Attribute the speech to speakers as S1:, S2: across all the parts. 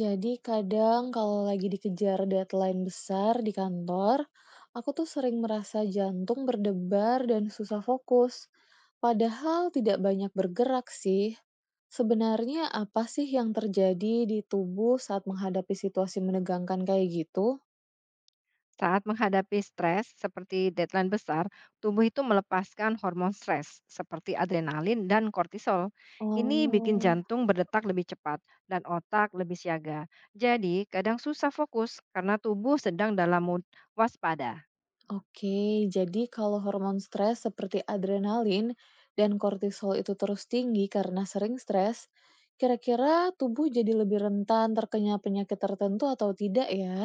S1: Jadi kadang kalau lagi dikejar deadline besar di kantor, aku tuh sering merasa jantung berdebar dan susah fokus. Padahal tidak banyak bergerak sih. Sebenarnya apa sih yang terjadi di tubuh saat menghadapi situasi menegangkan kayak gitu?
S2: Saat menghadapi stres seperti deadline besar, tubuh itu melepaskan hormon stres seperti adrenalin dan kortisol. Ini bikin
S1: Oh.
S2: jantung berdetak lebih cepat dan otak lebih siaga. Jadi, kadang susah fokus karena tubuh sedang dalam mood waspada.
S1: Oke, jadi kalau hormon stres seperti adrenalin dan kortisol itu terus tinggi karena sering stres, kira-kira tubuh jadi lebih rentan terkena penyakit tertentu atau tidak ya?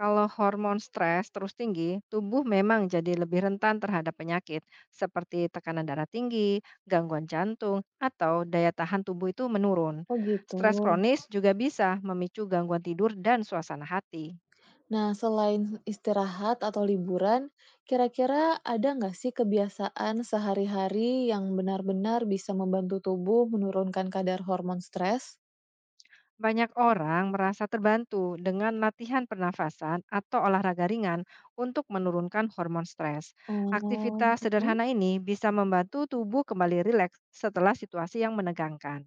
S2: Kalau hormon stres terus tinggi, tubuh memang jadi lebih rentan terhadap penyakit seperti tekanan darah tinggi, gangguan jantung, atau daya tahan tubuh itu menurun.
S1: Oh gitu.
S2: Stres kronis juga bisa memicu gangguan tidur dan suasana hati.
S1: Nah, selain istirahat atau liburan, kira-kira ada nggak sih kebiasaan sehari-hari yang benar-benar bisa membantu tubuh menurunkan kadar hormon stres?
S2: Banyak orang merasa terbantu dengan latihan pernafasan atau olahraga ringan untuk menurunkan hormon stres.
S1: Oh,
S2: Aktivitas
S1: mm.
S2: sederhana ini bisa membantu tubuh kembali rileks setelah situasi yang menegangkan.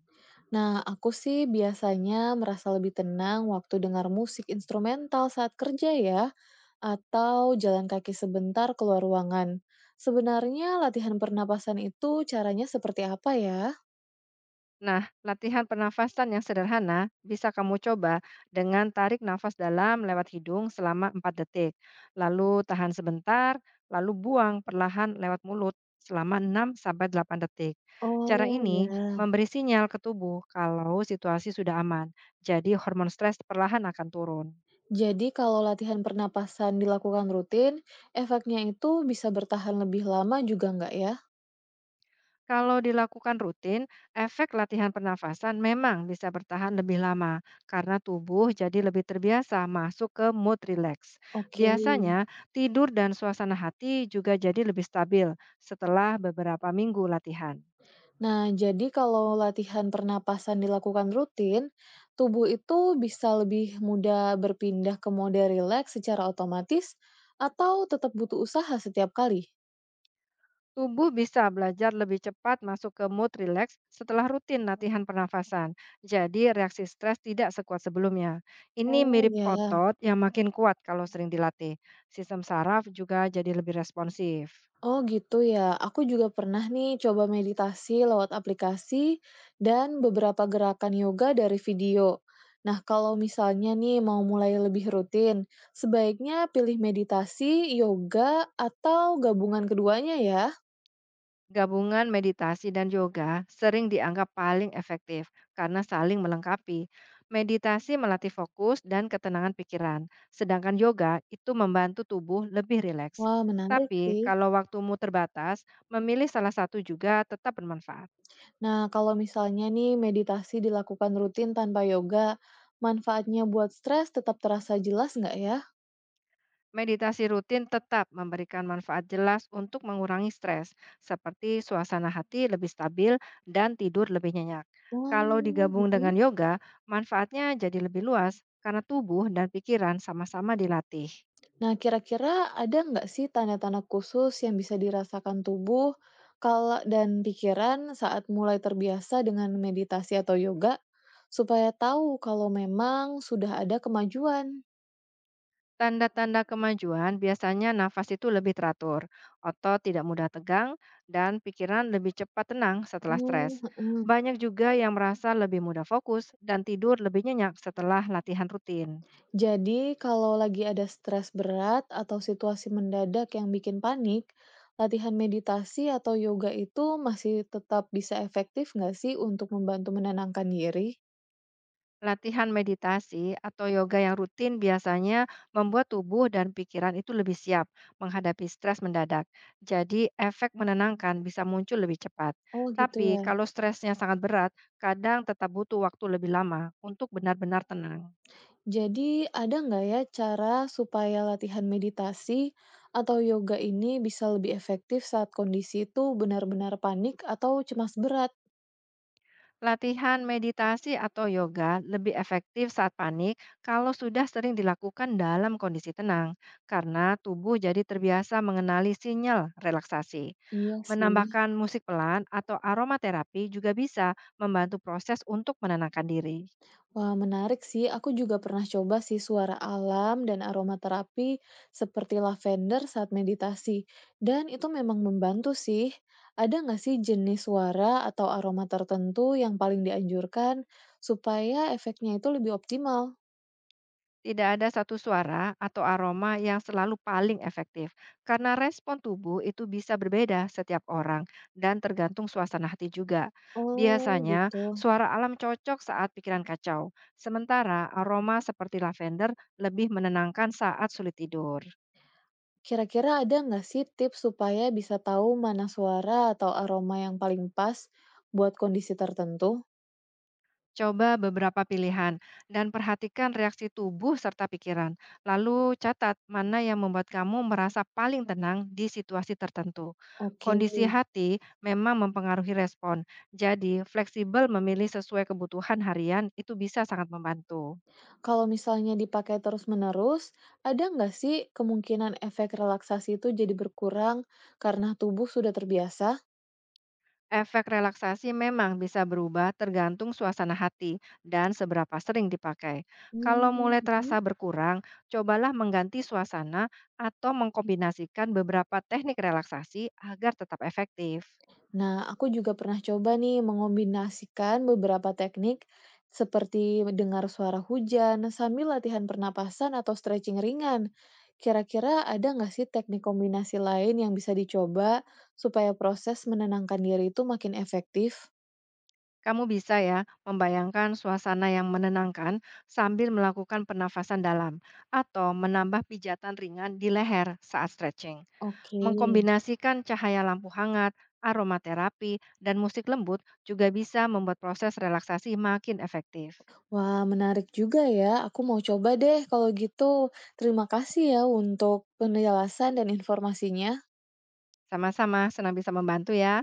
S1: Nah, aku sih biasanya merasa lebih tenang waktu dengar musik instrumental saat kerja ya, atau jalan kaki sebentar keluar ruangan. Sebenarnya latihan pernapasan itu caranya seperti apa ya?
S2: Nah, latihan pernafasan yang sederhana bisa kamu coba dengan tarik nafas dalam lewat hidung selama 4 detik, lalu tahan sebentar, lalu buang perlahan lewat mulut selama 6 sampai 8 detik. Cara
S1: Oh
S2: ini
S1: ya.
S2: memberi sinyal ke tubuh kalau situasi sudah aman. Jadi hormon stres perlahan akan turun.
S1: Jadi kalau latihan pernapasan dilakukan rutin, efeknya itu bisa bertahan lebih lama juga nggak ya?
S2: Kalau dilakukan rutin, efek latihan pernafasan memang bisa bertahan lebih lama karena tubuh jadi lebih terbiasa masuk ke mood relax.
S1: Oke.
S2: Biasanya, tidur dan suasana hati juga jadi lebih stabil setelah beberapa minggu latihan.
S1: Nah, jadi kalau latihan pernapasan dilakukan rutin, tubuh itu bisa lebih mudah berpindah ke mode rileks secara otomatis atau tetap butuh usaha setiap kali?
S2: Tubuh bisa belajar lebih cepat masuk ke mood relax setelah rutin latihan pernafasan. Jadi, reaksi stres tidak sekuat sebelumnya. Ini
S1: Oh
S2: mirip
S1: ya, ya,
S2: otot yang makin kuat kalau sering dilatih. Sistem saraf juga jadi lebih responsif.
S1: oh gitu ya. Aku juga pernah nih coba meditasi lewat aplikasi dan beberapa gerakan yoga dari video. Nah, kalau misalnya nih mau mulai lebih rutin, sebaiknya pilih meditasi, yoga, atau gabungan keduanya ya.
S2: Gabungan meditasi dan yoga sering dianggap paling efektif karena saling melengkapi. Meditasi melatih fokus dan ketenangan pikiran, sedangkan yoga itu membantu tubuh lebih rileks.
S1: Wah, menarik
S2: Tapi,
S1: sih.
S2: kalau waktumu terbatas, memilih salah satu juga tetap bermanfaat.
S1: Nah, kalau misalnya nih meditasi dilakukan rutin tanpa yoga, manfaatnya buat stres tetap terasa jelas nggak ya?
S2: Meditasi rutin tetap memberikan manfaat jelas untuk mengurangi stres, seperti suasana hati lebih stabil dan tidur lebih nyenyak.
S1: Oh,
S2: Kalau digabung
S1: mm-mm.
S2: dengan yoga, manfaatnya jadi lebih luas karena tubuh dan pikiran sama-sama dilatih.
S1: Nah, kira-kira ada nggak sih tanda-tanda khusus yang bisa dirasakan tubuh kalau dan pikiran saat mulai terbiasa dengan meditasi atau yoga, supaya tahu kalau memang sudah ada kemajuan?
S2: Tanda-tanda kemajuan biasanya nafas itu lebih teratur, otot tidak mudah tegang, dan pikiran lebih cepat tenang setelah stres.
S1: Hmm, mm-mm.
S2: Banyak juga yang merasa lebih mudah fokus dan tidur lebih nyenyak setelah latihan rutin.
S1: Jadi, kalau lagi ada stres berat atau situasi mendadak yang bikin panik, latihan meditasi atau yoga itu masih tetap bisa efektif nggak sih untuk membantu menenangkan diri?
S2: Latihan meditasi atau yoga yang rutin biasanya membuat tubuh dan pikiran itu lebih siap menghadapi stres mendadak. Jadi, efek menenangkan bisa muncul lebih cepat.
S1: Oh gitu
S2: Tapi,
S1: ya.
S2: kalau stresnya sangat berat, kadang tetap butuh waktu lebih lama untuk benar-benar tenang.
S1: Jadi, ada nggak ya cara supaya latihan meditasi atau yoga ini bisa lebih efektif saat kondisi itu benar-benar panik atau cemas berat?
S2: Latihan meditasi atau yoga lebih efektif saat panik kalau sudah sering dilakukan dalam kondisi tenang, karena tubuh jadi terbiasa mengenali sinyal relaksasi.
S1: Iya sih.
S2: Menambahkan musik pelan atau aromaterapi juga bisa membantu proses untuk menenangkan diri.
S1: Wah, menarik sih. Aku juga pernah coba sih suara alam dan aromaterapi seperti lavender saat meditasi. Dan itu memang membantu sih. Ada nggak sih jenis suara atau aroma tertentu yang paling dianjurkan supaya efeknya itu lebih optimal?
S2: Tidak ada satu suara atau aroma yang selalu paling efektif, karena respon tubuh itu bisa berbeda setiap orang dan tergantung suasana hati juga.
S1: Oh,
S2: Biasanya,
S1: gitu.
S2: suara alam cocok saat pikiran kacau, sementara aroma seperti lavender lebih menenangkan saat sulit tidur.
S1: Kira-kira ada nggak sih tips supaya bisa tahu mana suara atau aroma yang paling pas buat kondisi tertentu?
S2: Coba beberapa pilihan dan perhatikan reaksi tubuh serta pikiran. Lalu catat mana yang membuat kamu merasa paling tenang di situasi tertentu.
S1: Oke.
S2: Kondisi hati memang mempengaruhi respon. Jadi, fleksibel memilih sesuai kebutuhan harian itu bisa sangat membantu.
S1: Kalau misalnya dipakai terus-menerus, ada nggak sih kemungkinan efek relaksasi itu jadi berkurang karena tubuh sudah terbiasa?
S2: Efek relaksasi memang bisa berubah tergantung suasana hati dan seberapa sering dipakai. Kalau
S1: Hmm,
S2: mulai terasa
S1: mhm.
S2: berkurang, cobalah mengganti suasana atau mengkombinasikan beberapa teknik relaksasi agar tetap efektif.
S1: Nah, aku juga pernah coba nih mengombinasikan beberapa teknik seperti mendengar suara hujan sambil latihan pernapasan atau stretching ringan. Kira-kira ada nggak sih teknik kombinasi lain yang bisa dicoba supaya proses menenangkan diri itu makin efektif?
S2: Kamu bisa ya membayangkan suasana yang menenangkan sambil melakukan pernafasan dalam atau menambah pijatan ringan di leher saat stretching.
S1: Oke.
S2: Mengkombinasikan cahaya lampu hangat, aromaterapi, dan musik lembut juga bisa membuat proses relaksasi makin efektif.
S1: Wah, menarik juga ya. Aku mau coba deh kalau gitu. Terima kasih ya untuk penjelasan dan informasinya.
S2: Sama-sama, senang bisa membantu ya.